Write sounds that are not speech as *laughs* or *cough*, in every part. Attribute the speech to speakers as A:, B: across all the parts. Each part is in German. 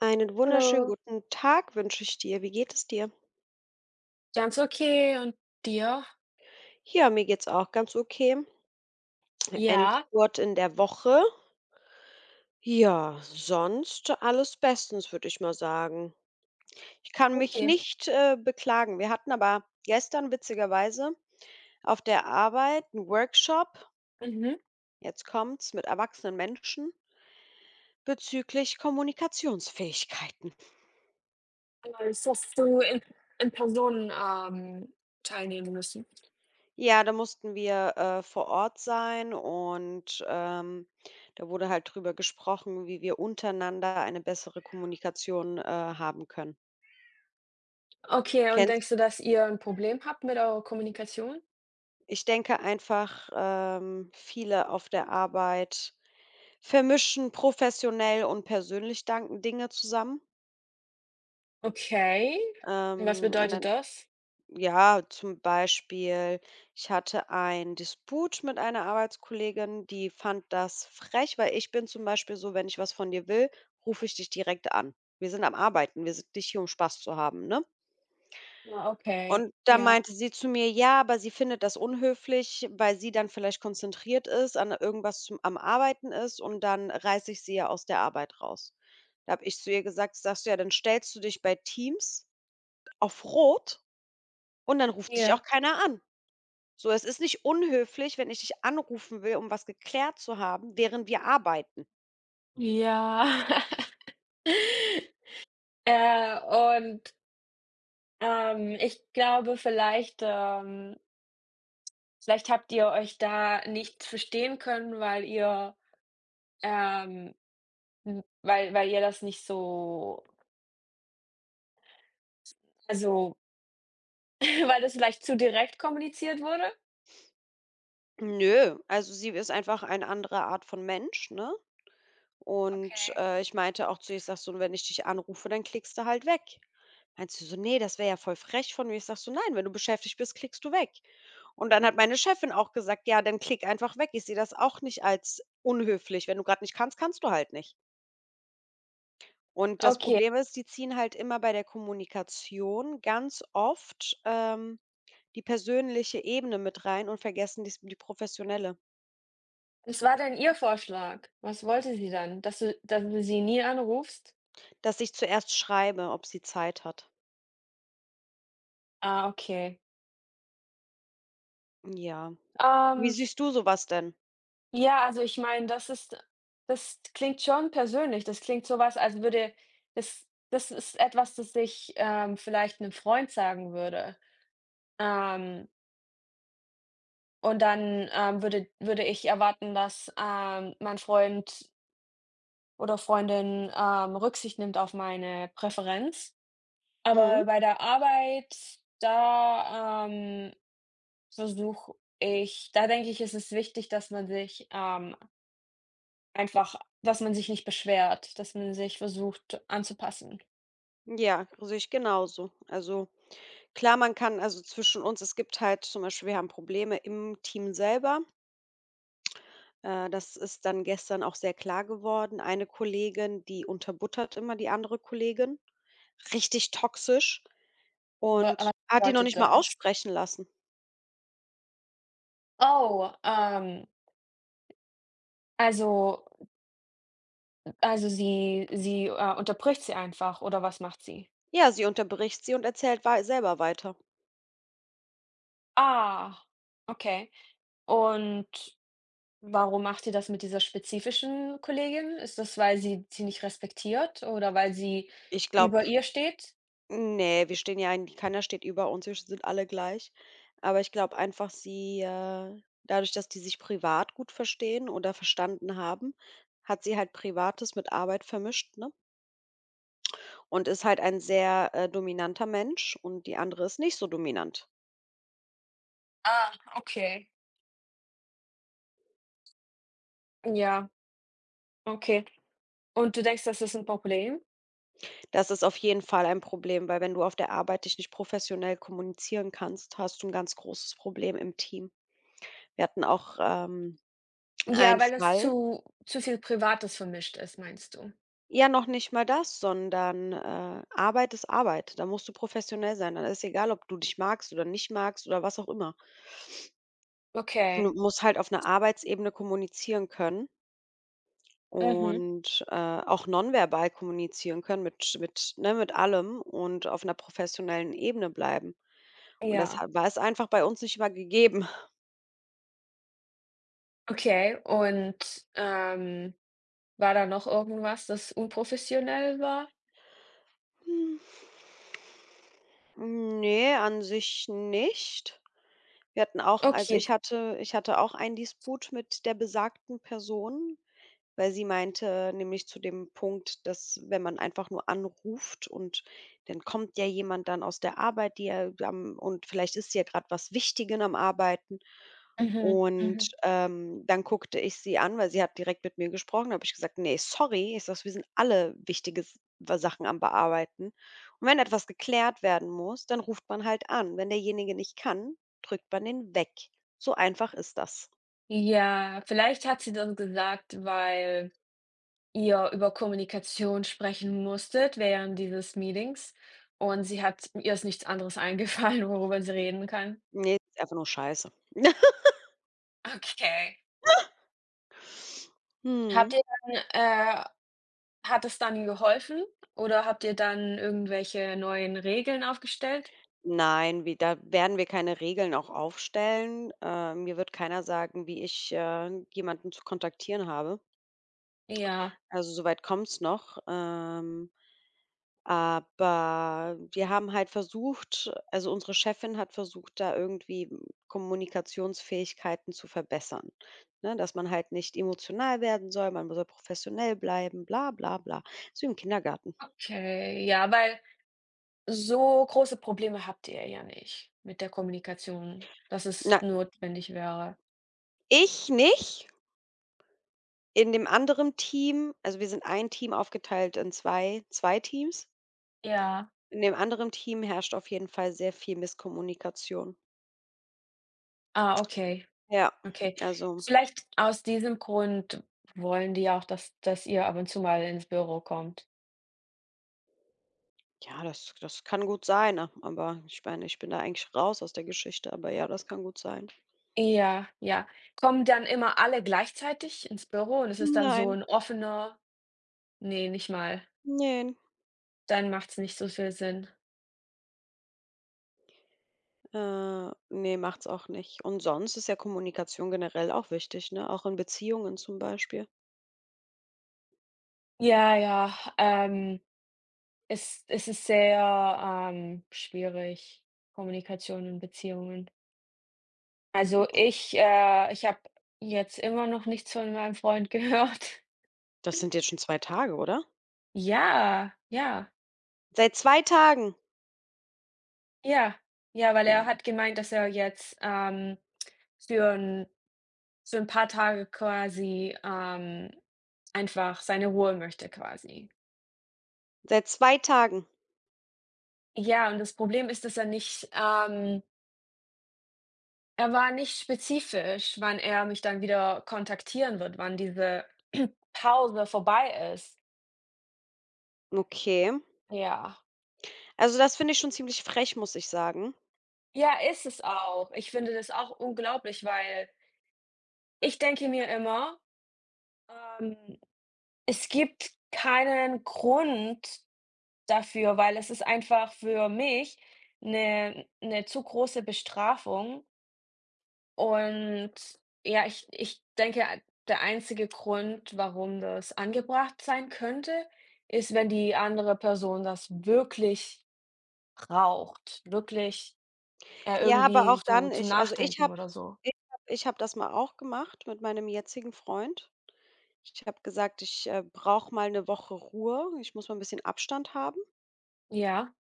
A: Einen wunderschönen
B: Hallo.
A: guten Tag wünsche ich dir. Wie geht es dir?
B: Ganz okay und dir?
A: Ja, mir geht's auch ganz okay.
B: Ja,
A: Endspurt in der Woche. Ja, sonst alles bestens, würde ich mal sagen. Ich
B: ah,
A: kann mich
B: okay.
A: nicht beklagen. Wir hatten aber gestern witzigerweise auf der Arbeit einen Workshop,
B: Mhm.
A: jetzt kommt's, mit erwachsenen Menschen bezüglich Kommunikationsfähigkeiten.
B: Nice, hast du in Person, teilnehmen müssen.
A: Ja, da mussten wir vor Ort sein und da wurde halt drüber gesprochen, wie wir untereinander eine bessere Kommunikation haben können.
B: Okay, und
A: Kennst
B: denkst du, dass ihr ein Problem habt mit eurer Kommunikation?
A: ich denke einfach, viele auf der Arbeit vermischen professionell und persönlich danken Dinge zusammen,
B: Okay. Und was
A: und
B: bedeutet
A: dann.
B: das?
A: Ja, zum Beispiel, ich hatte einen Disput mit einer Arbeitskollegin, die fand das frech, weil ich bin zum Beispiel so, wenn ich was von dir will, rufe ich dich direkt an. Wir sind am Arbeiten, wir sind nicht hier, um Spaß zu haben, ne?
B: Ah, okay.
A: Und da
B: Ja,
A: meinte sie zu mir, ja, aber sie findet das unhöflich, weil sie dann vielleicht konzentriert ist, an irgendwas zum, am Arbeiten ist und dann reiße ich sie ja aus der Arbeit raus. Da habe ich zu ihr gesagt, sagst du ja, dann stellst du dich bei Teams auf Rot und dann ruft dich auch
B: ja.
A: keiner an. So, es ist nicht unhöflich, wenn ich dich anrufen will, um was geklärt zu haben, während wir arbeiten.
B: Ja. *laughs* Äh, und, Ich glaube, vielleicht, vielleicht habt ihr euch da nicht verstehen können, ähm weil ihr das nicht so also, *laughs* weil das vielleicht zu direkt kommuniziert wurde?
A: Nö, also sie ist einfach eine andere Art von Mensch, ne? Und
B: Okay.
A: ich meinte auch zu ihr, ich sage so: „Wenn ich dich anrufe, dann klickst du halt weg." Meinte sie so: nee, das wäre ja voll frech von mir." Ich sage so: „Nein, wenn du beschäftigt bist, klickst du weg." Und dann hat meine Chefin auch gesagt: „Ja, dann klick einfach weg." Ich sehe das auch nicht als unhöflich. Wenn du gerade nicht kannst, kannst du halt nicht. Und das
B: Okay.
A: Problem ist, die ziehen halt immer bei der Kommunikation ganz oft, die persönliche Ebene mit rein und vergessen dies die professionelle,
B: Was war denn ihr Vorschlag? Was wollte sie dann? Dass du sie nie anrufst?
A: dass ich zuerst schreibe, ob sie Zeit hat.
B: Ah, okay.
A: Ja. Wie
B: Ähm,
A: siehst du so was denn?
B: ja, also ich meine, das klingt schon persönlich. Das klingt so was, als würde das das ist etwas, das ich, vielleicht 'nem Freund sagen würde. Ähm, und dann, würde ich erwarten, dass, mein Freund oder Freundin, Rücksicht nimmt auf meine Präferenz.
A: Mhm.
B: Aber bei der Arbeit, da, ähm, versuche da denke ich, ist es wichtig, dass man sich, einfach dass man sich nicht beschwert, dass man sich versucht anzupassen.
A: Ja, sehe ich genauso. Also, klar, man kann also zwischen uns es gibt halt zum Beispiel, wir haben Probleme im Team selber. Das ist dann gestern auch sehr klar geworden. Eine Kollegin, die unterbuttert immer die andere Kollegin, richtig toxisch
B: Wa was
A: und hat die noch
B: bedeutet
A: nicht mal
B: das?
A: aussprechen lassen.
B: Oh, ähm, also also sie unterbricht sie einfach oder was macht sie?
A: Ja, sie unterbricht sie und erzählt wei selber weiter.
B: Ah, okay. Und warum macht ihr das mit dieser spezifischen Kollegin? Ist das, weil sie nicht respektiert oder weil sie
A: Ich glaube.
B: über ihr steht?
A: Ne, wir stehen ja eigentlich, keiner steht über uns, wir sind alle gleich. Aber ich glaube einfach, dadurch, dass die sich privat gut verstehen oder verstanden haben, hat sie halt Privates mit Arbeit vermischt, ne? Und ist halt ein sehr dominanter Mensch und die andere ist nicht so dominant.
B: Ah, okay. Ja, okay. Und du denkst, das ist ein Problem?
A: Das ist auf jeden Fall ein Problem, weil wenn du auf der Arbeit dich nicht professionell kommunizieren kannst, hast du ein ganz großes Problem im Team. Wir hatten auch
B: Ja,
A: einen
B: weil es
A: Fall.
B: zu viel Privates vermischt ist, meinst du?
A: Ja, noch nicht mal das, sondern Arbeit ist Arbeit. Da musst du professionell sein. Dann ist egal, ob du dich magst oder nicht magst oder was auch immer. Du
B: Okay.
A: musst halt auf einer Arbeitsebene kommunizieren können
B: Mhm.
A: und auch nonverbal kommunizieren können mit, ne, mit allem und auf einer professionellen Ebene bleiben. Und das
B: Ja.
A: ha war es einfach bei uns nicht immer gegeben.
B: Okay, und, ähm, war da noch irgendwas, das unprofessionell war?
A: Hm. Ne, an sich nicht. Wir hatten auch, also,
B: Okay.
A: ich hatte auch einen Disput mit der besagten Person. Weil sie meinte nämlich zu dem Punkt, dass wenn man einfach nur anruft und dann kommt ja jemand dann aus der Arbeit, die ja am und vielleicht ist ja gerade was Wichtiges am Arbeiten.
B: Mhm,
A: Und
B: mhm.
A: dann guckte ich sie an, weil sie hat direkt mit mir gesprochen. Da habe ich gesagt: nee, sorry." Ich sage: „Wir sind alle wichtige S Sachen am Bearbeiten." Und wenn etwas geklärt werden muss, dann ruft man halt an. Wenn derjenige nicht kann, drückt man den weg. So einfach ist das.
B: Ja, vielleicht hat sie das gesagt, weil ihr über Kommunikation sprechen musstet während dieses Meetings und sie hat ihr ist nichts anderes *laughs* eingefallen, worüber sie reden kann?
A: Ne, ist einfach nur scheiße. *laughs*
B: Okay. Habt
A: Mhm.
B: ihr dann, hat es dann geholfen oder habt ihr dann irgendwelche neuen Regeln aufgestellt?
A: Nein, wie da werden wir keine Regeln auch aufstellen. Mir wird keiner sagen, wie ich jemanden zu kontaktieren habe.
B: Ja,
A: Also, soweit weit kommt's noch. Aber wir haben halt versucht, also, unsere Chefin hat versucht, da irgendwie Kommunikationsfähigkeiten zu verbessern, ne? Dass man halt nicht emotional werden soll, man soll professionell bleiben, bla bla bla. So im Kindergarten.
B: okay. Ja, weil so große Probleme habt ihr ja nicht mit der Kommunikation, dass es
A: Na,
B: notwendig wäre.
A: ich nicht. In dem anderen Team, also wir sind ein Team aufgeteilt in zwei Teams.
B: Ja.
A: In dem anderen Team herrscht auf jeden Fall sehr viel Misskommunikation.
B: Ah, okay.
A: Ja,
B: Okay.
A: also,
B: Vielleicht aus diesem Grund wollen die auch, dass ihr ab und zu mal ins Büro kommt.
A: ja, das kann gut sein, ne? Aber ich meine, ich bin da eigentlich raus aus der Geschichte, aber ja, das kann gut sein.
B: Ja, ja. Kommen dann immer alle gleichzeitig ins Büro und es ist dann so
A: Nein,
B: ein offener ne, nicht mal.
A: ne
B: Dann macht es nicht so viel Sinn.
A: ne, macht's auch nicht. Und sonst ist ja Kommunikation generell auch wichtig, ne? Auch in Beziehungen zum Beispiel.
B: Ja, ja, es ist sehr, schwierig, Kommunikation und Beziehungen. Also, ich habe jetzt immer noch nichts von meinem Freund gehört.
A: Das sind jetzt schon zwei Tage, oder?
B: *laughs* Ja, ja.
A: Seit 2 Tagen.
B: Ja, ja, weil
A: Ja,
B: er hat gemeint, dass er jetzt, für 'n für 'n paar Tage quasi, einfach seine Ruhe möchte quasi.
A: seit 2 Tagen.
B: Ja, und das Problem ist, dass er war nicht spezifisch, wann er mich dann wieder kontaktieren wird, wann diese *clears throat* Pause vorbei ist.
A: Okay.
B: Ja.
A: Also, das finde ich schon ziemlich frech, muss ich sagen.
B: Ja, ist es auch. Ich finde das auch unglaublich, weil ich denke mir immer, ähm, es gibt keinen Grund dafür, weil es ist einfach für mich eine zu große Bestrafung und ja, ich denke, der einzige Grund, warum das angebracht sein könnte, ist, wenn die andere Person das wirklich braucht, wirklich,
A: Ja, aber
B: irgendwie
A: auch
B: so
A: dann
B: zum
A: ich, also, ich
B: Nachdenken
A: habe
B: oder so.
A: ich habe ich habe das mal auch gemacht mit meinem jetzigen Freund. Ich habe gesagt: „Ich brauche mal eine Woche Ruhe. Ich muss mal ein bisschen Abstand haben."
B: Ja.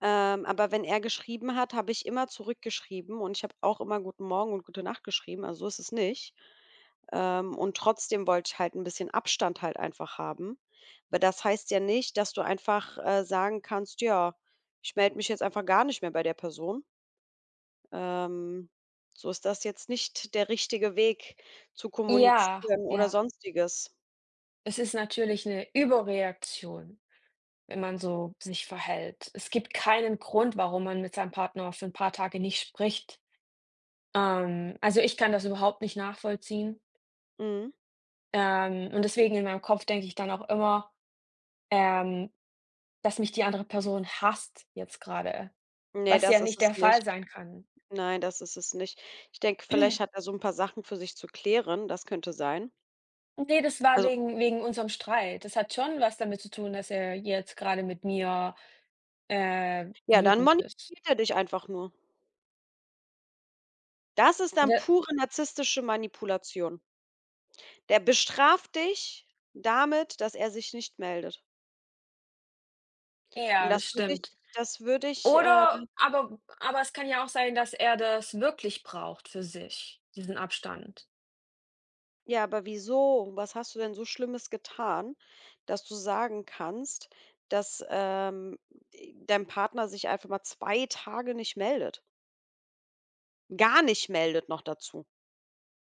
A: Aber wenn er geschrieben hat, habe ich immer zurückgeschrieben und ich habe auch immer „Guten Morgen" und „Gute Nacht" geschrieben, also, so ist es nicht. Und trotzdem wollte ich halt ein bisschen Abstand halt einfach haben. Aber das heißt ja nicht, dass du einfach sagen kannst: „Ja, ich melde mich jetzt einfach gar nicht mehr bei der Person." Ähm, so ist das jetzt nicht der richtige Weg zu
B: Ja,
A: kommunizieren
B: ja.
A: oder Sonstiges.
B: Es ist natürlich eine Überreaktion, wenn man so sich verhält. Es gibt keinen Grund, warum man mit seinem Partner für ein paar Tage nicht spricht. Also, ich kann das überhaupt nicht nachvollziehen.
A: Mhm.
B: Und deswegen in meinem Kopf denke ich dann auch immer, ähm, dass mich die andere Person hasst jetzt gerade,
A: Ne,
B: was
A: das
B: ja
A: ist
B: nicht
A: es
B: der Fall
A: nicht.
B: sein kann.
A: Nein, das ist es nicht. Ich denke, vielleicht hat er
B: *clears throat*
A: so ein paar Sachen für sich zu klären, das könnte sein.
B: Ne, das war
A: Also,
B: wegen unserem Streit. Das hat schon was damit zu tun, dass er jetzt gerade mit mir,
A: ja, dann
B: wütend ist.
A: manipuliert er dich einfach nur. Das ist dann
B: Ja,
A: pure narzisstische Manipulation. Der bestraft dich damit, dass er sich nicht meldet. Und
B: ja,
A: das würde ich
B: stimmt.
A: das würde ich, äh
B: Oder aber es kann ja auch sein, dass er das wirklich braucht für sich, diesen Abstand.
A: Ja, aber wieso? Was hast du denn so Schlimmes getan, dass du sagen kannst, dass dein Partner sich einfach mal 2 Tage nicht meldet? Gar nicht meldet noch dazu.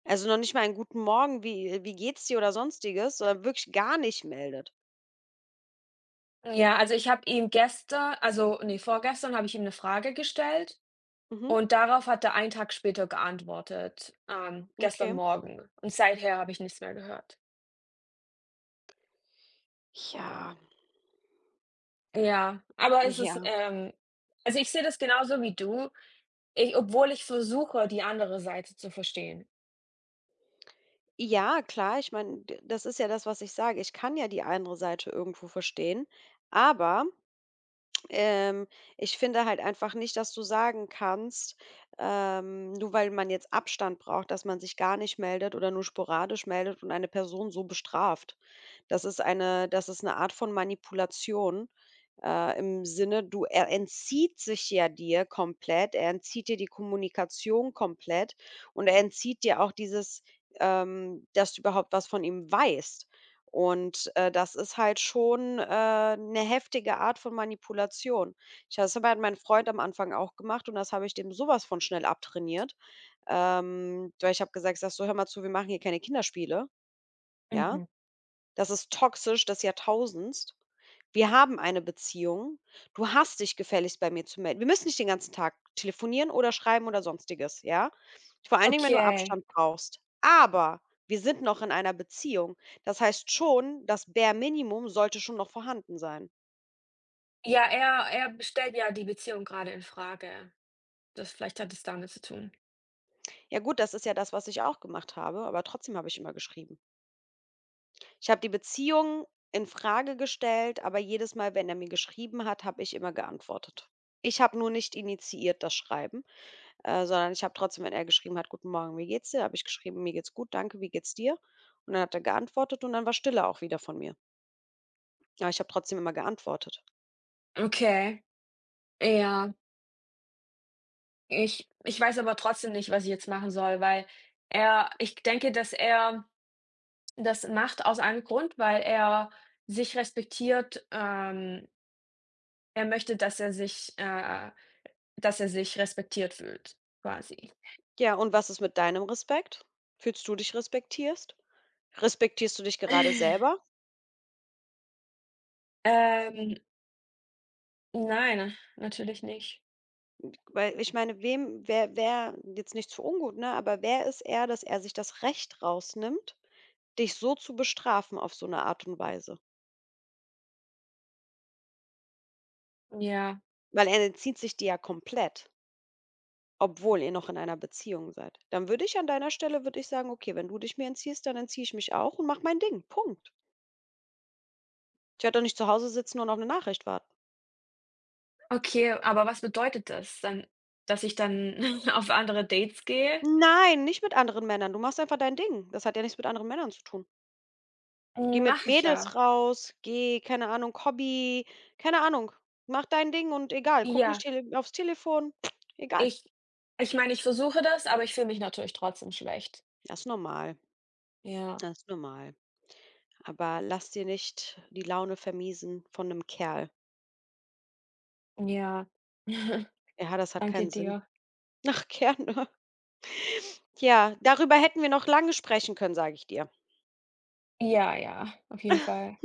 A: Also, noch nicht mal einen guten Morgen, wie geht's dir oder Sonstiges, sondern wirklich gar nicht meldet.
B: Ja, also ich habe ihm gestern, nee vorgestern habe ich ihm eine Frage gestellt
A: Mhm,
B: und darauf hat er einen Tag später geantwortet, gestern
A: okay.
B: Morgen. Und seither habe ich nichts mehr gehört.
A: Ja,
B: Ja, aber
A: ja.
B: also, ich sehe das genauso wie du, ich obwohl ich versuche, die andere Seite zu verstehen.
A: Ja, klar, ich meine, das ist ja das, was ich sage. Ich kann ja die andere Seite irgendwo verstehen, aber. Ähm, ich finde halt einfach nicht, dass du sagen kannst, nur weil man jetzt Abstand braucht, dass man sich gar nicht meldet oder nur sporadisch meldet und eine Person so bestraft. Das ist eine Art von Manipulation. Im Sinne, er entzieht sich ja dir komplett, er entzieht dir die Kommunikation komplett und er entzieht dir auch dieses dass du überhaupt was von ihm weißt. Und das ist halt schon 'ne heftige Art von Manipulation. Ich das hat mein Freund am Anfang auch gemacht und das habe ich dem sowas von schnell abtrainiert. Weil ich habe gesagt: „Sage so: 'Hör mal zu, wir machen hier keine Kinderspiele, ja?'
B: Mhm.
A: Das ist toxisch des Jahrtausends. Wir haben eine Beziehung. Du hast dich gefälligst bei mir zu melden. Wir müssen nicht den ganzen Tag telefonieren oder schreiben oder Sonstiges, ja? Vor allen Dingen, wenn du
B: Okay.
A: Abstand brauchst. Aber wir sind noch in einer Beziehung. Das heißt schon, das Bare Minimum sollte schon noch vorhanden sein.
B: Ja, er stellt ja die Beziehung gerade in Frage. Das vielleicht hat es damit zu tun.
A: Ja gut, das ist ja das, was ich auch gemacht habe, aber trotzdem habe ich immer geschrieben. Ich habe die Beziehung in Frage gestellt, aber jedes Mal, wenn er mir geschrieben hat, habe ich immer geantwortet. Ich habe nur nicht initiiert das Schreiben. Sondern ich habe trotzdem, wenn er geschrieben hat: „Guten Morgen, wie geht's dir?", habe ich geschrieben: „Mir geht's gut, danke, wie geht's dir?" Und dann hat er geantwortet und dann war Stille auch wieder von mir. Aber ich habe trotzdem immer geantwortet.
B: Okay, ja. Ich weiß aber trotzdem nicht, was ich jetzt machen soll, weil er ich denke, dass er das macht aus einem Grund, weil er sich respektiert. Er möchte, dass er sich respektiert fühlt, quasi.
A: Ja, und was ist mit deinem Respekt? Fühlst du dich respektierst? Respektierst du dich gerade selber?
B: *laughs* Ähm, nein, natürlich nicht.
A: Weil ich meine, wem wer wer jetzt nicht zu ungut, ne, aber wer ist er, dass er sich das Recht rausnimmt, dich so zu bestrafen auf so eine Art und Weise?
B: Ja,
A: Weil er entzieht sich dir ja komplett. Obwohl ihr noch in einer Beziehung seid. Dann würde ich, an deiner Stelle würde ich sagen: „Okay, wenn du dich mir entziehst, dann entziehe ich mich auch und mache mein Ding. Punkt." Ich werde doch nicht zu Hause sitzen und auf eine Nachricht warten.
B: okay, aber was bedeutet das dann? Dass ich dann *laughs* auf andere Dates gehe?
A: Nein, nicht mit anderen Männern. Du machst einfach dein Ding. Das hat ja nichts mit anderen Männern zu tun. Geh mit
B: Mache ich ja.
A: Mädels raus, geh, keine Ahnung, Hobby, keine Ahnung. Mach dein Ding und egal, guck
B: Ja.
A: nicht tele aufs Telefon, *tsk* egal.
B: Ich Ich meine, ich versuche das, aber ich fühle mich natürlich trotzdem schlecht.
A: Das ist normal,
B: Ja,
A: das ist normal. Aber lass dir nicht die Laune vermiesen von 'nem Kerl.
B: ja. *laughs*
A: Ja, das hat
B: Danke
A: keinen Sinn.
B: dir.
A: Ach, Kerne. *laughs* Tja, darüber hätten wir noch lange sprechen können, sage ich dir.
B: Ja, ja, auf jeden Fall.